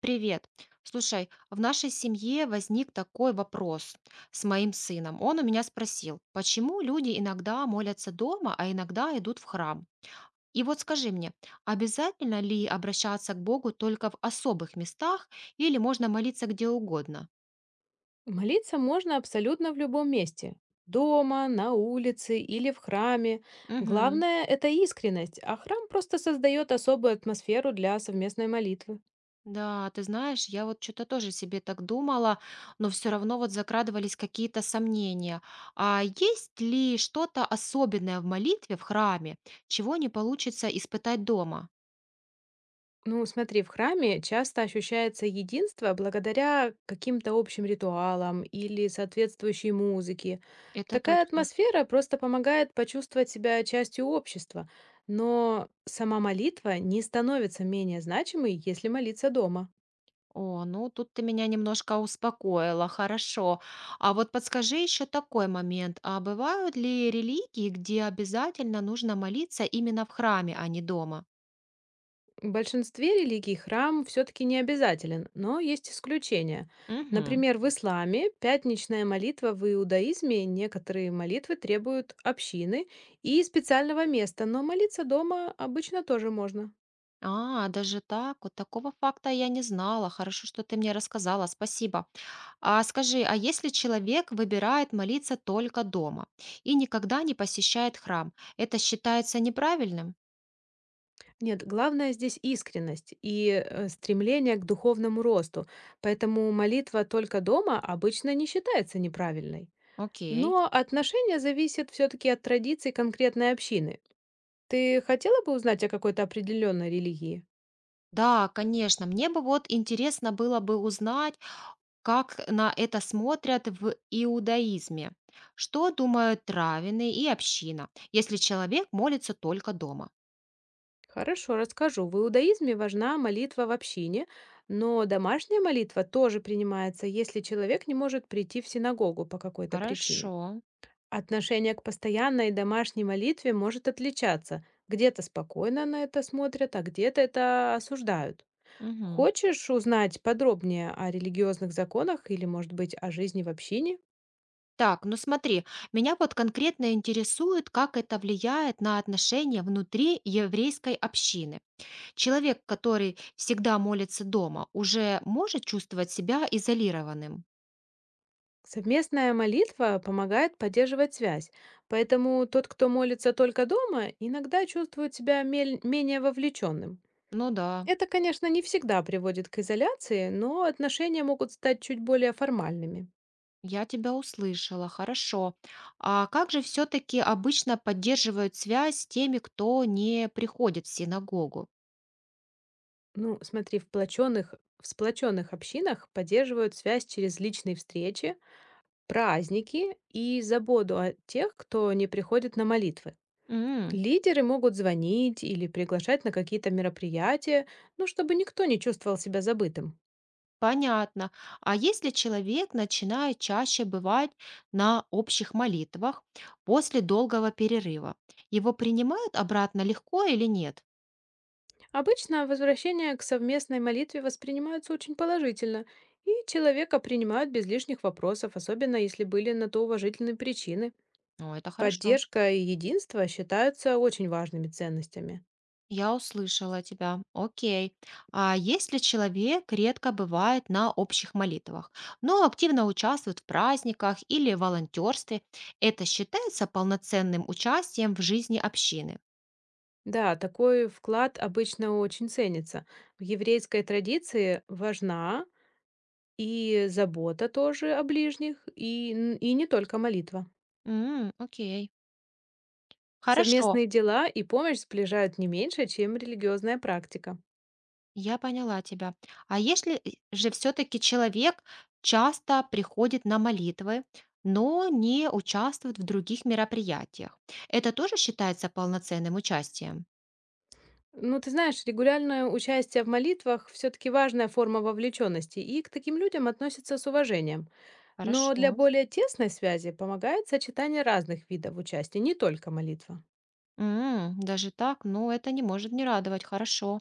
Привет. Слушай, в нашей семье возник такой вопрос с моим сыном. Он у меня спросил, почему люди иногда молятся дома, а иногда идут в храм? И вот скажи мне, обязательно ли обращаться к Богу только в особых местах или можно молиться где угодно? Молиться можно абсолютно в любом месте. Дома, на улице или в храме. Главное– это искренность, а храм просто создает особую атмосферу для совместной молитвы. Да, ты знаешь, я вот что-то тоже себе так думала, но все равно вот закрадывались какие-то сомнения. А есть ли что-то особенное в молитве в храме, чего не получится испытать дома? Ну, смотри, в храме часто ощущается единство благодаря каким-то общим ритуалам или соответствующей музыке. Это Такая точно. атмосфера просто помогает почувствовать себя частью общества, но сама молитва не становится менее значимой, если молиться дома. О, ну тут ты меня немножко успокоила, хорошо. А вот подскажи еще такой момент. А бывают ли религии, где обязательно нужно молиться именно в храме, а не дома? В большинстве религий храм все-таки не обязателен, но есть исключения. Мгм. Например, в исламе пятничная молитва, в иудаизме некоторые молитвы требуют общины и специального места, но молиться дома обычно тоже можно. А, даже так? Вот такого факта я не знала. Хорошо, что ты мне рассказала, спасибо. А скажи, а если человек выбирает молиться только дома и никогда не посещает храм, это считается неправильным? Нет, главное здесь искренность и стремление к духовному росту, поэтому молитва только дома обычно не считается неправильной. Окей. Но отношение зависит все-таки от традиций конкретной общины. Ты хотела бы узнать о какой-то определенной религии? Да, конечно, мне бы вот интересно было бы узнать, как на это смотрят в иудаизме. Что думают раввины и община, если человек молится только дома? Хорошо, расскажу. В иудаизме важна молитва в общине, но домашняя молитва тоже принимается, если человек не может прийти в синагогу по какой-то причине. Хорошо. Отношение к постоянной домашней молитве может отличаться. Где-то спокойно на это смотрят, а где-то это осуждают. Мгм. Хочешь узнать подробнее о религиозных законах или, может быть, о жизни в общине? Так, ну смотри, меня вот конкретно интересует, как это влияет на отношения внутри еврейской общины. Человек, который всегда молится дома, уже может чувствовать себя изолированным? Совместная молитва помогает поддерживать связь, поэтому тот, кто молится только дома, иногда чувствует себя менее вовлеченным. Ну да, Это, конечно, не всегда приводит к изоляции, но отношения могут стать чуть более формальными. я тебя услышала, хорошо. А как же все-таки обычно поддерживают связь с теми, кто не приходит в синагогу? Ну, смотри, в сплоченных общинах поддерживают связь через личные встречи, праздники и заботу о тех, кто не приходит на молитвы. Лидеры могут звонить или приглашать на какие-то мероприятия, ну, чтобы никто не чувствовал себя забытым. Понятно. А если человек начинает чаще бывать на общих молитвах после долгого перерыва, его принимают обратно легко или нет? Обычно возвращение к совместной молитве воспринимаются очень положительно, и человека принимают без лишних вопросов, особенно если были на то уважительные причины. О, это хорошо. Поддержка и единство считаются очень важными ценностями. Я услышала тебя. Окей. А если человек редко бывает на общих молитвах, но активно участвует в праздниках или волонтерстве, это считается полноценным участием в жизни общины? Да, такой вклад обычно очень ценится. В еврейской традиции важна и забота тоже о ближних, и, и не только молитва. М, окей. Хорошо. Совместные дела и помощь сближают не меньше, чем религиозная практика. Я поняла тебя. А если и же все-таки человек часто приходит на молитвы, но не участвует в других мероприятиях, это тоже считается полноценным участием? Ну, ты знаешь, регулярное участие в молитвах все-таки важная форма вовлеченности, и к таким людям относятся с уважением. Но Хорошо. для более тесной связи помогает сочетание разных видов участия, не только молитва. М, даже так, ну это не может не радовать, хорошо.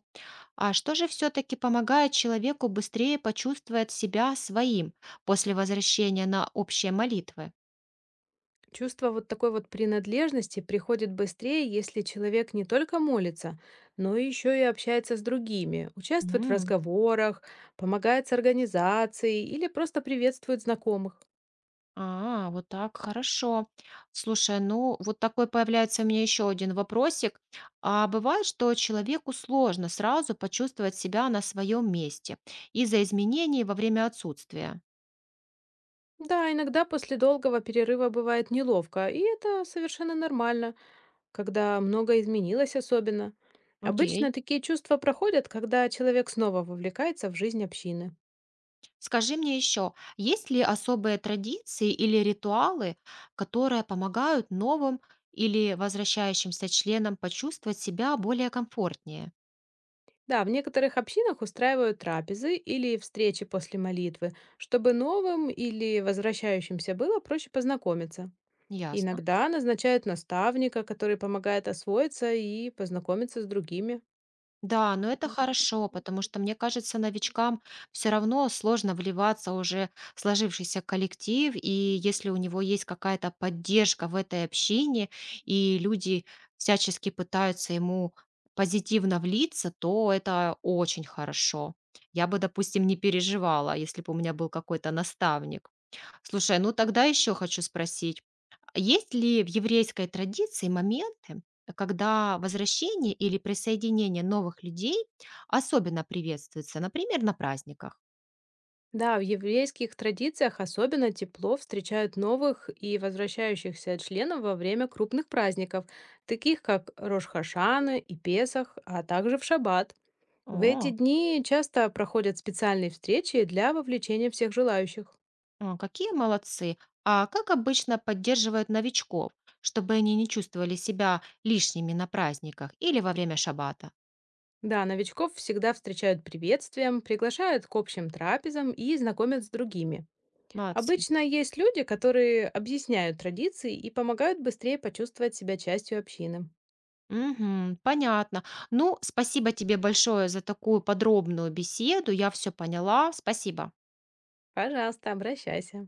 А что же все-таки помогает человеку быстрее почувствовать себя своим после возвращения на общие молитвы? Чувство вот такой вот принадлежности приходит быстрее, если человек не только молится, но еще и общается с другими, участвует в разговорах, помогает с организацией или просто приветствует знакомых. А, вот так, хорошо. Слушай, ну вот такой появляется у меня еще один вопросик. А бывает, что человеку сложно сразу почувствовать себя на своем месте из-за изменений во время отсутствия. Да, иногда после долгого перерыва бывает неловко, и это совершенно нормально, когда многое изменилось особенно. Обычно Окей. такие чувства проходят, когда человек снова вовлекается в жизнь общины. Скажи мне еще, есть ли особые традиции или ритуалы, которые помогают новым или возвращающимся членам почувствовать себя более комфортнее? Да, в некоторых общинах устраивают трапезы или встречи после молитвы, чтобы новым или возвращающимся было проще познакомиться. Ясно. Иногда назначают наставника, который помогает освоиться и познакомиться с другими. Да, но это хорошо, потому что, мне кажется, новичкам все равно сложно вливаться уже в сложившийся коллектив, и если у него есть какая-то поддержка в этой общине, и люди всячески пытаются ему позитивно влиться, то это очень хорошо. Я бы, допустим, не переживала, если бы у меня был какой-то наставник. Слушай, ну тогда еще хочу спросить, есть ли в еврейской традиции моменты, когда возвращение или присоединение новых людей особенно приветствуется, например, на праздниках? Да, в еврейских традициях особенно тепло встречают новых и возвращающихся членов во время крупных праздников, таких как Рош-Хашана и Песах, а также в Шаббат. В эти О, дни часто проходят специальные встречи для вовлечения всех желающих. а, какие молодцы! А как обычно поддерживают новичков, чтобы они не чувствовали себя лишними на праздниках или во время шаббата? Да, новичков всегда встречают приветствием, приглашают к общим трапезам и знакомят с другими. Молодцы. Обычно есть люди, которые объясняют традиции и помогают быстрее почувствовать себя частью общины. Мгм, понятно. Ну, спасибо тебе большое за такую подробную беседу. Я все поняла. Спасибо. Пожалуйста, обращайся.